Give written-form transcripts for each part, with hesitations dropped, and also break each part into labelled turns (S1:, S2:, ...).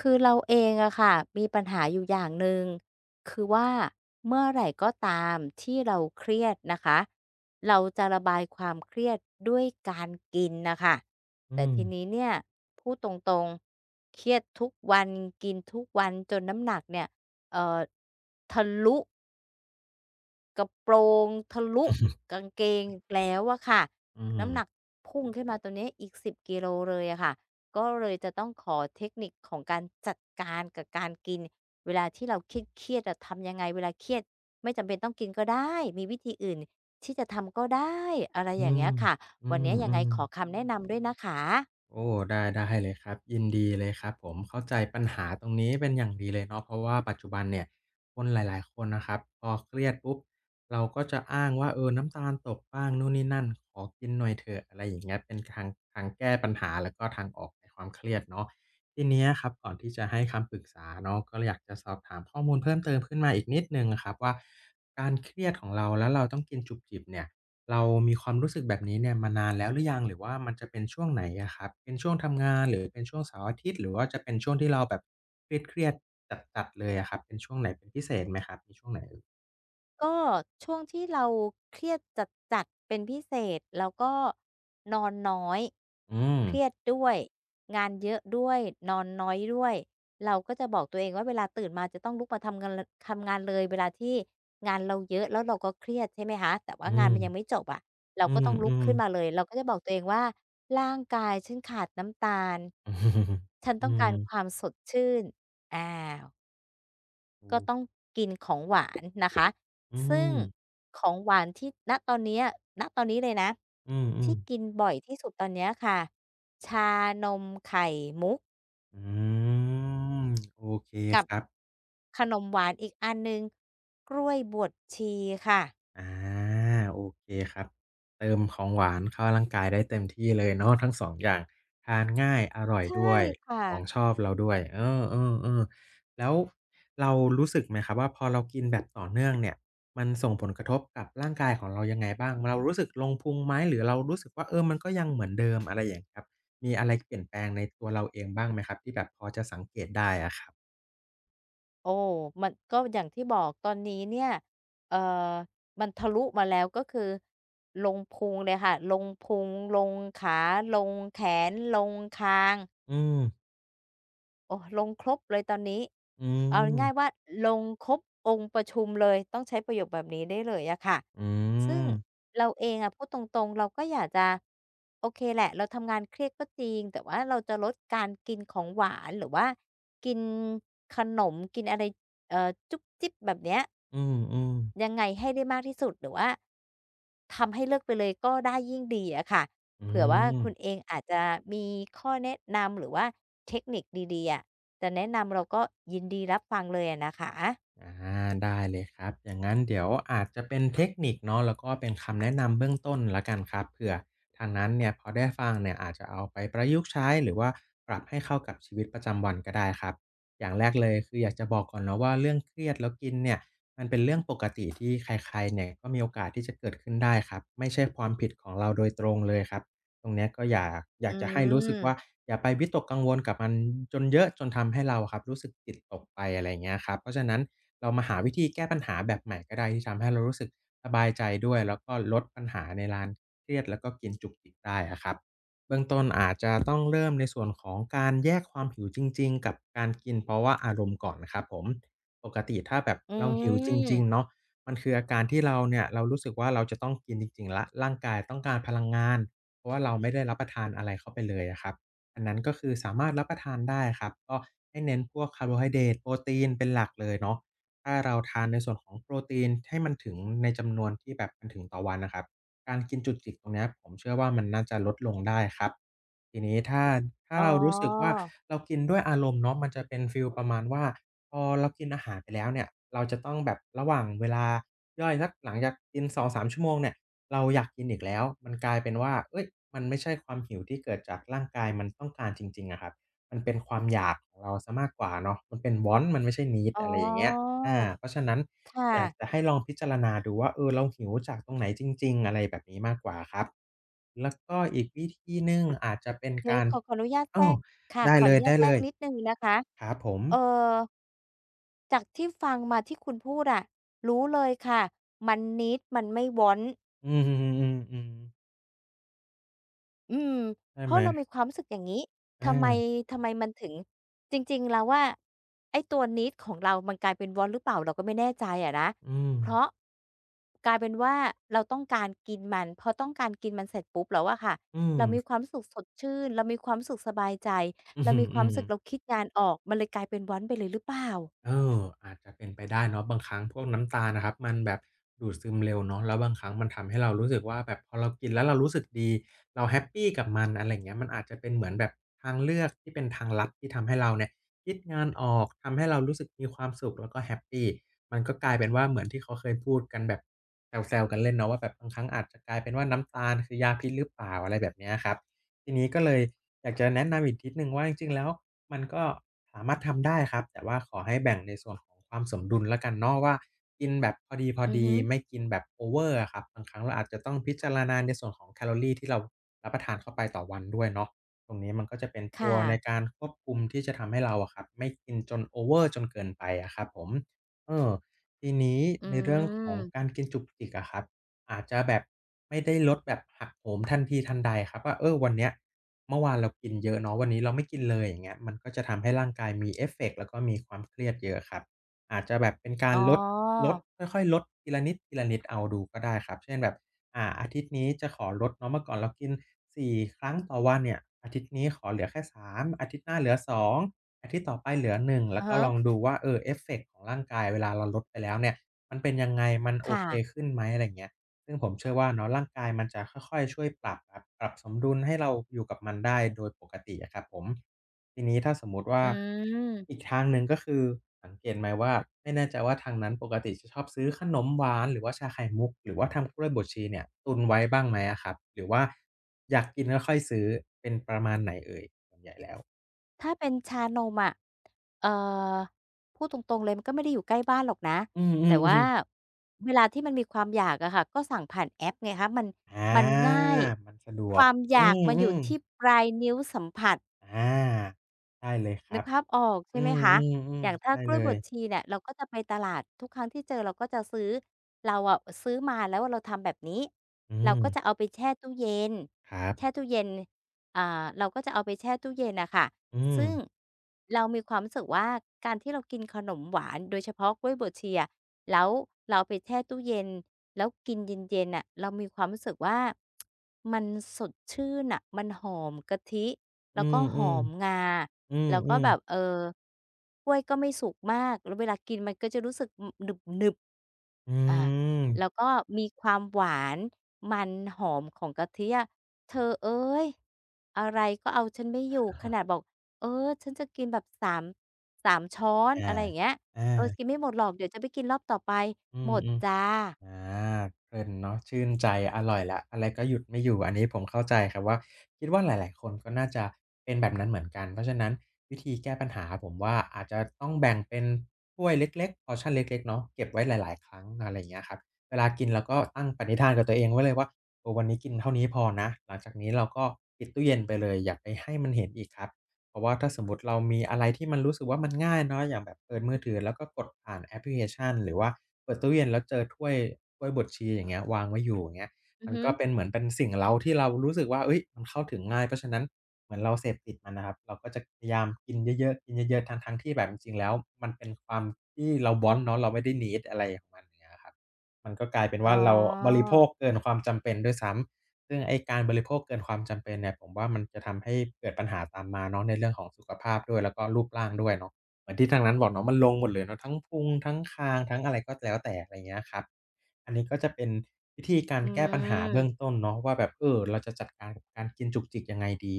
S1: คือเราเองอะค่ะมีปัญหาอยู่อย่างหนึ่งคือว่าเมื่อไหร่ก็ตามที่เราเครียดนะคะเราจะระบายความเครียดด้วยการกินนะคะ
S2: อื
S1: แต่
S2: ม
S1: ทีนี้เนี่ยพูดตรงๆเครียดทุกวันกินทุกวันจนน้ำหนักเนี่ยเอ่อทะลุ กระโปรงทะลุ กางเกงแล้วอะค่ะ
S2: อื
S1: น้ำหนัก
S2: ม
S1: พุ่งขึ้นมาตัวเนี้ยอีก10กิโลเลยอะค่ะก็เลยจะต้องขอเทคนิคของการจัดการกับการกินเวลาที่เราเครียดๆอะทำยังไงเวลาเครียดไม่จำเป็นต้องกินก็ได้มีวิธีอื่นที่จะทำก็ได้อะไร
S2: อื
S1: อย่าง
S2: ม
S1: เงี้ยค่ะ
S2: อื
S1: วัน
S2: ม
S1: นี้ยั
S2: อื
S1: งไง
S2: ม
S1: ขอคำแนะนำด้วยนะคะ
S2: โอ้ได้ได้เลยครับยินดีเลยครับผมเข้าใจปัญหาตรงนี้เป็นอย่างดีเลยเนาะเพราะว่าปัจจุบันเนี่ยคนหลายๆคนนะครับพอเครียดปุ๊บเราก็จะอ้างว่าเออน้ำตาลตกบ้างนู่นนี่นั่นขอกินหน่อยเถอะอะไรอย่างเงี้ยเป็นทางแก้ปัญหาแล้วก็ทางออกในความเครียดเนาะทีเนี้ยครับก่อนที่จะให้คำปรึกษาเนาะก็เลยอยากจะสอบถามข้อมูลเพิ่มเติมขึ้นมาอีกนิดหนึ่งอะครับว่าการเครียดของเราแล้วเราต้องกินจุบจิบเนี่ย เรามีความรู้สึกแบบนี้เนี่ยมานานแล้วหรือยังหรือว่ามันจะเป็นช่วงไหนอะครับเป็นช่วงทำงานหรือเป็นช่วงเสาร์อาทิตย์หรือว่าจะเป็นช่วงที่เราแบบเครียดๆจัดๆเลยอะครับเป็นช่วงไหนเป็นพิเศษไหมครับมีช่วงไหนเอ่ย
S1: ก็ช่วงที่เราเครียดจัดๆเป็นพิเศษแล้วก็นอนน้อย
S2: อืม
S1: เครียดด้วยงานเยอะด้วยนอนน้อยด้วยเราก็จะบอกตัวเองว่าเวลาตื่นมาจะต้องลุกมาทำงานลทำงานเลยเวลาที่งานเราเยอะแล้วเราก็เครียดใช่ไหมคะแต่ว่า
S2: อื
S1: งาน
S2: ม
S1: มันยังไม่จบอะเรา
S2: อื
S1: ก็ต้องลุก
S2: ม
S1: ขึ้นมา
S2: ๆ
S1: เลยเราก็จะบอกตัวเองว่าร่างกายฉันขาดน้ำตาลฉัน
S2: อื
S1: ต้อง
S2: ม
S1: การความสดชื่นอา
S2: อ
S1: ก็
S2: ม
S1: ต้อง
S2: ถูก
S1: กินของหวานนะคะ
S2: อื
S1: ซึ่ง
S2: ม
S1: ของหวานที่ณตอนเนี้ยณตอนนี้เลยนะ
S2: อืม
S1: ที่กิน
S2: ๆ
S1: บ่อยที่สุดตอนเนี้ยค่ะชานมไข่มุก
S2: อืมโอเค
S1: กับ
S2: ครับ
S1: ขนมหวานอีกอันหนึ่งกล้วยบวชชีค่ะ
S2: อาโอเคครับเติมของหวานเข้าร่างกายได้เต็มที่เลยเนาะทั้งสองอย่างทานง่ายอร่อย
S1: ใช่
S2: ด้วย
S1: ค่ะ
S2: ของชอบเราด้วยเออๆๆแล้วเรารู้สึกไหมครับว่าพอเรากินแบบต่อเนื่องเนี่ยมันส่งผลกระทบกับร่างกายของเรายังไงบ้างเรารู้สึกลงพุงไหมหรือเรารู้สึกว่าเออมันก็ยังเหมือนเดิมอะไรอย่างเงี้ยครับมีอะไรเปลี่ยนแปลงในตัวเราเองบ้างไหมครับที่แบบพอจะสังเกตได้อะครับ
S1: โอ้มันก็อย่างที่บอกตอนนี้เนี่ยเอ่อมันทะลุมาแล้วก็คือลงพุงเลยค่ะ ลงพุงลงขาลงแขนลงคาง
S2: อืม
S1: โอ้ลงครบเลยตอนนี้
S2: อื
S1: เอาง่ายๆว่า
S2: ม
S1: ลงครบองค์ประชุมเลยต้องใช้ประโยคแบบนี้ได้เลยอะค่ะ
S2: อื
S1: ซึ่ง
S2: ม
S1: เราเองอะพูดตรงๆเราก็อยากจะโอเคแหละเราทำงานเครียดก็จริงแต่ว่าเราจะลดการกินของหวานหรือว่ากินขนมกินอะไรจุ๊บจิ๊บแบบเนี้ย
S2: อืม
S1: ยังไงให้ได้มากที่สุดหรือว่าทำให้เลิกไปเลยก็ได้ยิ่งดีอะค่ะ
S2: ๆอื
S1: เผื่อว่า
S2: ม
S1: คุณเองอาจจะมีข้อแนะนำหรือว่าเทคนิคดีๆอะจะแนะนำเราก็ยินดีรับฟังเลยอะนะคะ
S2: อาได้เลยครับอย่างนั้นเดี๋ยวอาจจะเป็นเทคนิคเนาะแล้วก็เป็นคำแนะนำเบื้องต้นแล้วกันครับเผื่อทางนั้นเนี่ยพอได้ฟังเนี่ยอาจจะเอาไปประยุกต์ใช้หรือว่าปรับให้เข้ากับชีวิตประจำวันก็ได้ครับอย่างแรกเลยคืออยากจะบอกก่อนเนาะว่าเรื่องเครียดแล้วกินเนี่ยมันเป็นเรื่องปกติที่ใครๆเนี่ยก็มีโอกาสที่จะเกิดขึ้นได้ครับไม่ใช่ความผิดของเราโดยตรงเลยครับ ตรงเนี้ยก็อย่าอยา
S1: อื
S2: กจะให้รู้สึกว่า
S1: ม
S2: อย่าไปวิตกกังวลกับมันจนเยอะจนทำให้เราอะครับรู้สึกจิตตกไปอะไรอย่างเงี้ยครับเพราะฉะนั้นเรามาหาวิธีแก้ปัญหาแบบใหม่ก็ได้ที่ทำให้เรารู้สึกสบายใจด้วยแล้วก็ลดปัญหาในลานเครียดแล้วก็กินจุกจิกได้อะครับเบื้องต้นอาจจะต้องเริ่มในส่วนของการแยกความหิวจริงๆกับการกินเพราะว่าอารมณ์ก่อนนะครับผมปกติถ้าแบบ
S1: อื
S2: เราหิวจริงๆเนาะ
S1: ม
S2: มันคืออาการที่เราเนี่ยเรารู้สึกว่าเราจะต้องกินจริงๆแล้วร่างกายต้องการพลังงาน เพราะว่าเราไม่ได้รับประทานอะไรเข้าไปเลยอะครับอันนั้นก็คือสามารถรับประทานได้ครับก็ให้เน้นพวกคาร์โบไฮเดรตโปรตีนเป็นหลักเลยเนาะถ้าเราทานในส่วนของโปรตีนให้มันถึงในจำนวนที่แบบมันถึงต่อวันนะครับการกินจุกจิกตรงเนี้ยผมเชื่อว่ามันน่าจะลดลงได้ครับทีนี้ถ้า
S1: อ๋อ
S2: เรารู้สึกว่าเรากินด้วยอารมณ์เนาะมันจะเป็นฟีลประมาณว่าพอเรากินอาหารไปแล้วเนี่ยเราจะต้องแบบระหว่างเวลาย่อยสักหลังจากกินสองสามชั่วโมงเนี่ย เราอยากกินอีกแล้วมันกลายเป็นว่าเฮ้ยมันไม่ใช่ความหิวที่เกิดจากร่างกายมันต้องการจริงๆอะครับมันเป็นความอยากของเราเสียมากกว่าเนาะมันเป็น Want มันไม่ใช่ Need
S1: อ๋อ
S2: อะไรอย่างเงี้ยอาเพราะฉะนั้น
S1: ค่ะ
S2: อยากจะให้ลองพิจารณาดูว่าเออเราหิวจากตรงไหนจริงๆอะไรแบบนี้มากกว่าครับ แล้วก็อีกวิธีหนึ่งอาจจะเป็น
S1: เฮ้ย
S2: การ
S1: ขอขออนุญาตแท
S2: อ้อ
S1: รกค่ะ
S2: ได้
S1: ขออนุญาตแทร
S2: เล
S1: ก
S2: ย
S1: นิดหนึ่งนะคะ
S2: ๆครับผม
S1: เอ่อจากที่ฟังมาที่คุณพูดอะรู้เลยค่ะมัน need มันไม่ want
S2: อืมๆๆๆๆ
S1: อืม
S2: ใช่
S1: เพ
S2: ไห
S1: ราะ
S2: ม
S1: เรามีความรู้สึกอย่างนี้ทำไม
S2: อา
S1: ทำไมมันถึงจริงๆแล้วว่าไอ้ตัว need ของเรามันกลายเป็น want หรือเปล่าเราก็ไม่แน่ใจอะนะ
S2: อืม
S1: เพราะกลายเป็นว่าเราต้องการกินมันพอต้องการกินมันเสร็จปุ๊บแล้วอะค่ะ
S2: อืม
S1: เรามีความรู้สึกสดชื่นเรามีความรู้สึกสบายใจ
S2: อือ
S1: เรา
S2: ฮึ
S1: มีค
S2: อื
S1: วามรู้
S2: ม
S1: สึกเราคิดงานออกมันเลยกลายเป็น want ไปเลยหรือเปล่า
S2: เอออาจจะเป็นไปได้เนาะบางครั้งพวกน้ำตาลนะครับมันแบบดูดซึมเร็วเนาะแล้วบางครั้งมันทำให้เรารู้สึกว่าแบบพอเรากินแล้วเรารู้สึกดีเราแฮปปีกับมันอะไรอย่างเงี้ยมันอาจจะเป็นเหมือนแบบทางเลือกที่เป็นทางลับที่ทำให้เราเนี่ยคิดงานออกทำให้เรารู้สึกมีความสุขแล้วก็แฮปปีมันก็กลายเป็นว่าเหมือนที่เขาเคยพูดกันแบบแซวๆกันเล่นเนาะว่าแบบบางครั้งอาจจะกลายเป็นว่าน้ำตาลคือยาพิษหรือเปล่าอะไรแบบเนี้ยครับทีนี้ก็เลย อยากจะแนะนำอีกนิดหนึ่งว่าจริงๆแล้วมันก็สามารถทำได้ครับแต่ว่าขอให้แบ่งในส่วนของความสมดุลแล้วกันเนาะว่ากินแบบพอ
S1: อือ
S2: ดี
S1: ฮึ
S2: ๆไม่กินแบบโอเวอร์อะครับบางครั้งเราอาจจะต้องพิจารณาในส่วนของแคลอรีที่เรารับประทานเข้าไปต่อวันด้วยเนาะตรงนี้มันก็จะเป็นตัว
S1: ค่ะ
S2: ในการควบคุมที่จะทำให้เราอะครับไม่กินจนโอเวอร์จนเกินไปอะครับผมเออทีนี้
S1: อื
S2: ในเรื่องของกา
S1: ม
S2: รกินจุกจิกอะครับอาจจะแบบไม่ได้ลดแบบหักโหมทันทีทันใดครับว่าเออวันเนี้ย เมื่อวานเรากินเยอะเนาะวันนี้เราไม่กินเลยอย่างเงี้ยมันก็จะทำให้ร่างกายมีเอฟเฟกต์แล้วก็มีความเครียดเยอะครับอาจจะแบบเป็นกา
S1: อ๋
S2: ร
S1: อ
S2: ลดค่อยๆลดทีละนิดทีละนิดเอาดูก็ได้ครับเช่นแบบอาทิตย์นี้จะขอลดเนาะเมื่อก่อนเรากิน4 ครั้งต่อวันเนี่ยอาทิตย์นี้ขอเหลือแค่3อาทิตย์หน้าเหลือสองอาทิตย์ต่อไปเหลือ1แล้
S1: อะ
S2: วก็
S1: ฮะ
S2: ลองดูว่าเออเอฟเฟกต์ของร่างกายเวลาเราลดไปแล้วเนี่ยมันเป็นยังไงมันโอ
S1: ค่ะ
S2: เคขึ้นไหมอะไรอย่างเงี้ย ซึ่งผมเชื่อว่าเนาะร่างกายมันจะค่อยๆช่วยปรับครับปรับสมดุลให้เราอยู่กับมันได้โดยปกติอะครับผมทีนี้ถ้าสมมุติว่า
S1: อื
S2: อี
S1: ม
S2: กทางหนึ่งก็คือสังเกตไหมว่าไม่แน่ใจว่าทางนั้นปกติจะชอบซื้อขนมหวานหรือว่าชาไข่มุกหรือว่าทำกล้วยบวชชีเนี่ยตุนไว้บ้างไหมอะครับหรือว่าอยากกินก็ค่อยซื้อเป็นประมาณไหนเอ่ย
S1: ถ้าเป็นชานมอะเอ่อพูดตรงๆเลยมันก็ไม่ได้อยู่ใกล้บ้านหรอกนะ
S2: อืม
S1: แต่ว่า
S2: ๆๆ
S1: เวลาที่มันมีความอยากอะค่ะก็สั่งผ่านแอปไงคะมัน
S2: อา
S1: มันง่าย
S2: มันสะดว
S1: ค
S2: ก
S1: วามอ
S2: อื
S1: ยากมันอยู่
S2: ม
S1: ที่ปลายนิ้วสัมผัส
S2: ๆอาใช่เลยค
S1: นึ
S2: รั
S1: ก
S2: บ
S1: ภาพออกใช่
S2: อื
S1: ไหมคะอ
S2: ม
S1: ย่าง
S2: ๆๆ
S1: ถ้า
S2: ใช่
S1: กล้
S2: เล
S1: วยบ
S2: ย
S1: วชชีเนี่ยเราก็จะไปตลาดทุกครั้งที่เจอเราก็จะซื้อเราอะซื้อมาแล้วเราทำแบบนี้
S2: อื
S1: เรา
S2: ม
S1: ก็จะเอาไปแช่ตู้เย็น
S2: ครับ
S1: แช่ตู้เย็นอ่าเราก็จะเอาไปแช่ตู้เย็นน่ะค่ะ
S2: อืม
S1: ซึ่งเรามีความรู้สึกว่าการที่เรากินขนมหวานโดยเฉพาะกล้วยบวชชีอะแล้วเราไปแช่ตู้เย็นแล้วกินเย็นๆน่ะเรามีความรู้สึกว่ามันสดชื่นน่ะมันหอมกะทิ
S2: อื
S1: แล้วก็
S2: มๆ
S1: หอม
S2: อ
S1: งา
S2: ื
S1: แล้วก็
S2: ม
S1: แบบ
S2: ๆ
S1: กล้วยก็ไม่สุกมากแล้วเวลากินมันก็จะรู้สึกอหนึบ
S2: อื
S1: ๆอา
S2: ม
S1: แล้วก็มีความหวานมันหอมของกะทิอะเธอเอ๊ยอะไรก็เอาฉันไม่อยู่ขนาดบอก เออฉันจะกินแบบสสามสามช้อน
S2: อา
S1: อะไรอย่างเงี้ยเออกิน
S2: อา
S1: ไม่หมดหรอกเดี๋ยวจะไปกินรอบต่อไป
S2: อื
S1: หมด
S2: ม
S1: จ้ะ
S2: ๆ อาเพลินเนาะชื่นใจอร่อยแล้วอะไรก็หยุดไม่อยู่อันนี้ผมเข้าใจครับว่าคิดว่าหลายๆคนก็น่าจะเป็นแบบนั้นเหมือนกันเพราะฉะนั้นวิธีแก้ปัญหาผมว่าอาจจะต้องแบ่งเป็นถ้วยเล็กๆพอร์ชันเล็กๆเนาะเก็บไว้หลายๆครั้งอะไรอย่างเงี้ยครับเวลากินเราก็ตั้งปณิธานกับตัวเองไว้เลยว่าเออวันนี้กินเท่านี้พอนะหลังจากนี้เราก็ปิดตู้เย็นไปเลยอย่าไปให้มันเห็นอีกครับเพราะว่าถ้าสมมุติเรามีอะไรที่มันรู้สึกว่ามันง่ายเนาะอย่างแบบเปิดมือถือแล้วก็กดผ่านแอปพลิเคชันหรือว่า เปิดตู้เย็นแล้วเจอถ้วยบดชีอย่างเงี้ยวางไว้อยู่อย่างเงี้ย
S1: อือ
S2: มัน
S1: ฮึ
S2: ก็เป็นเหมือนเป็นสิ่งเร้าที่เรารู้สึกว่าเฮ้ยมันเข้าถึงง่ายเพราะฉะนั้นเหมือนเราเสพติดมันนะครับเราก็จะพยายามกินเยอะๆกินเยอะๆทั้งๆที่แบบจริงๆแล้วมันเป็นความที่เรา want เนาะเราไม่ได้ need อะไรของมันอย่างเงี้ยครับมันก็กลายเป็น
S1: อ๋อ
S2: ว่าเราบริโภคเกินความจำเป็นด้วยซ้ำซึ่งไอ้การบริโภคเกินความจำเป็นเนี่ยผมว่ามันจะทำให้เกิดปัญหาตามมาเนาะในเรื่องของสุขภาพด้วยแล้วก็รูปร่างด้วยเนาะ เหมือนที่ทางนั้นบอกเนาะมันลงหมดเลยเนาะทั้งพุงทั้งคางทั้งอะไรก็แล้วแต่อะไรอย่างเงี้ยครับอันนี้ก็จะเป็นวิธีการ
S1: อื
S2: แก้ปัญหา
S1: ม
S2: เบื้องต้นเนาะว่าแบบเออเราจะจัดการกับการกินจุกจิกยังไงดี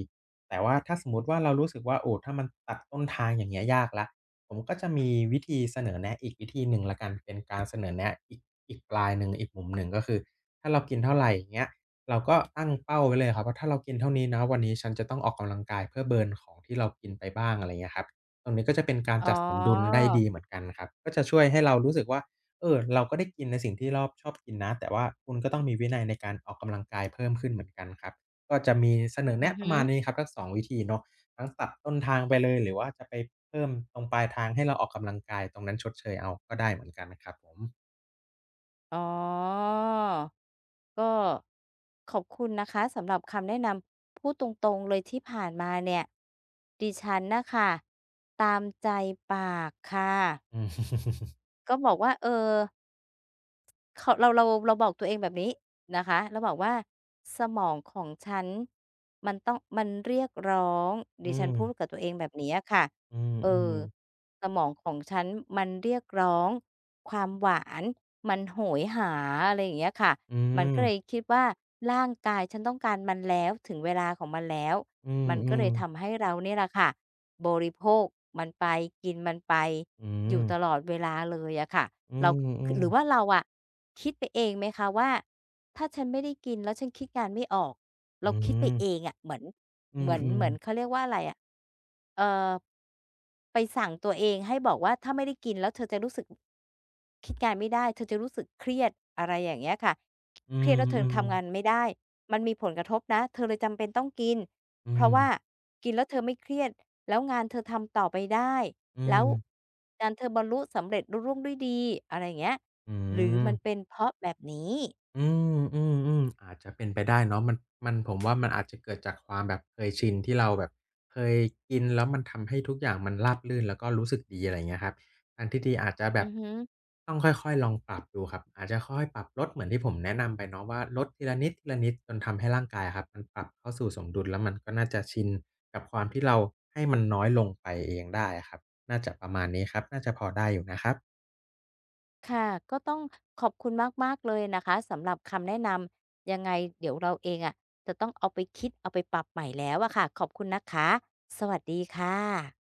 S2: แต่ว่าถ้าสมมุติว่าเรารู้สึกว่าโอ้ถ้ามันตัดต้นทางอย่างเงี้ยยากแล้วผมก็จะมีวิธีเสนอแนะอีกวิธีหนึ่งแล้วกันเป็นการเสนอแนะอีกปลายหนึ่งอีกมุมหนึ่งก็คือถ้าเรากินเท่าไรอย่างเงี้ยเราก็ตั้งเป้าไว้เลยครับว่าถ้าเรากินเท่านี้นะวันนี้ฉันจะต้องออกกำลังกายเพื่อเบิร์นของที่เรากินไปบ้างอะไรอย่างเงี้ยครับ ตรงนี้ก็จะเป็นการ
S1: อ๋อ
S2: จัดสมดุลได้ดีเหมือนกันครับก็จะช่วยให้เรารู้สึกว่า เออเราก็ได้กินในสิ่งที่รอบชอบกินนะ แต่ว่าคุณก็ต้องมีวินัยในการออกกำลังกายเพิ่มขึ้นเหมือนกันครับก็จะมีเสนอ
S1: อือ
S2: แนะป
S1: ฮึ
S2: ระมาณนี้ครับทั้งสองวิธีเนาะทั้งตัดต้นทางไปเลยหรือว่าจะไปเพิ่มตรงปลายทางให้เราออกกำลังกายตรงนั้นชดเชยเอาก็ได้เหมือนกันนะครับผม
S1: อ๋อก็ขอบคุณนะคะสำหรับคำแนะนำพูดตรงๆเลยที่ผ่านมาเนี่ยดิฉันน่ะค่ะตามใจปากค่ะ
S2: อืม
S1: ก็บอกว่าเออเขาเราเราเราบอกตัวเองแบบนี้นะคะเราบอกว่าสมองของฉันมันต้องมันเรียกร้อง
S2: อื
S1: ดิฉันพูดกับตัวเองแบบนี้อะค่ะ
S2: ม
S1: เอ
S2: อื
S1: อ
S2: มๆ
S1: สมองของฉันมันเรียกร้องความหวานมันโหยหาอะไรอย่างเงี้ยค่ะ
S2: อื
S1: มันก็เลยคิดว่าร่างกายฉันต้องการมันแล้วถึงเวลาของมันแล้ว
S2: ม
S1: มัน
S2: อื
S1: ก็เล
S2: ม
S1: ยทำ
S2: ๆ
S1: ให้เราเนี่ยแหละค่ะ บริโภคมันไปกินมันไป
S2: อื
S1: อยู่
S2: ม
S1: ตลอดเวลาเลยอะค่ะ
S2: อื
S1: เราคหรือว่า
S2: ม
S1: เราอะคิดไปเองไหมคะว่าถ้าฉันไม่ได้กินแล้วฉันคิดงานไม่ออก
S2: อื
S1: เราคิดไป
S2: ม
S1: เอ
S2: ๆ
S1: งอะเหมือน
S2: อื
S1: เห
S2: ม
S1: มือน
S2: อื
S1: เห
S2: ม
S1: มือนเขาเรียกว่าอะไรอะเอ่อไปสั่งตัวเองให้บอกว่าถ้าไม่ได้กินแล้วเธอจะรู้สึกคิดงานไม่ได้เธอจะรู้สึกเครียดอะไรอย่างเงี้ยค่ะ
S2: อื
S1: เครียดแล้วเธอ
S2: ม
S1: ทำงาน
S2: ๆ
S1: ไม่ได้มันมีผลกระทบนะเธอเลยจำเป็นต้องกิน
S2: อื
S1: เพราะ
S2: ม
S1: ว่า
S2: ๆ
S1: กินแล้วเธอไม่เครียด แล้วงานเธอทำต่อไปได้
S2: อื
S1: แล้ว
S2: ม
S1: งานเธอบรรลุสำเร็จรุล่วงด้วยดีอะไรอย่างเงี้ย
S2: อื
S1: หรือ
S2: ม
S1: มันเป็นเพราะแบบนี้
S2: อืมอืมอาจจะเป็นไปได้เนาะมันผมว่ามันอาจจะเกิดจากความแบบเคยชินที่เราแบบเคยกินแล้วมันทำให้ทุกอย่างมันราบรื่นแล้วก็รู้สึกดีอะไรอย่างเงี้ยครับทางที่ดีอาจจะแบ
S1: อื
S2: บ
S1: อฮึ
S2: ต้องค่อยๆลองปรับดูครับอาจจะค่อยๆปรับลดเหมือนที่ผมแนะนำไปเนาะว่าลดทีละนิดทีละนิดจนทำให้ร่างกายอะครับมันปรับเข้าสู่สมดุลแล้วมันก็น่าจะชินกับความที่เราให้มันน้อยลงไปเองได้อะครับน่าจะประมาณนี้ครับน่าจะพอได้อยู่นะครับ
S1: ค่ะ ก็ต้องขอบคุณมากๆเลยนะคะ สำหรับคำแนะนำ ยังไงเดี๋ยวเราเองอะจะต้องเอาไปคิดเอาไปปรับใหม่แล้วอะค่ะ ขอบคุณนะคะ สวัสดีค่ะ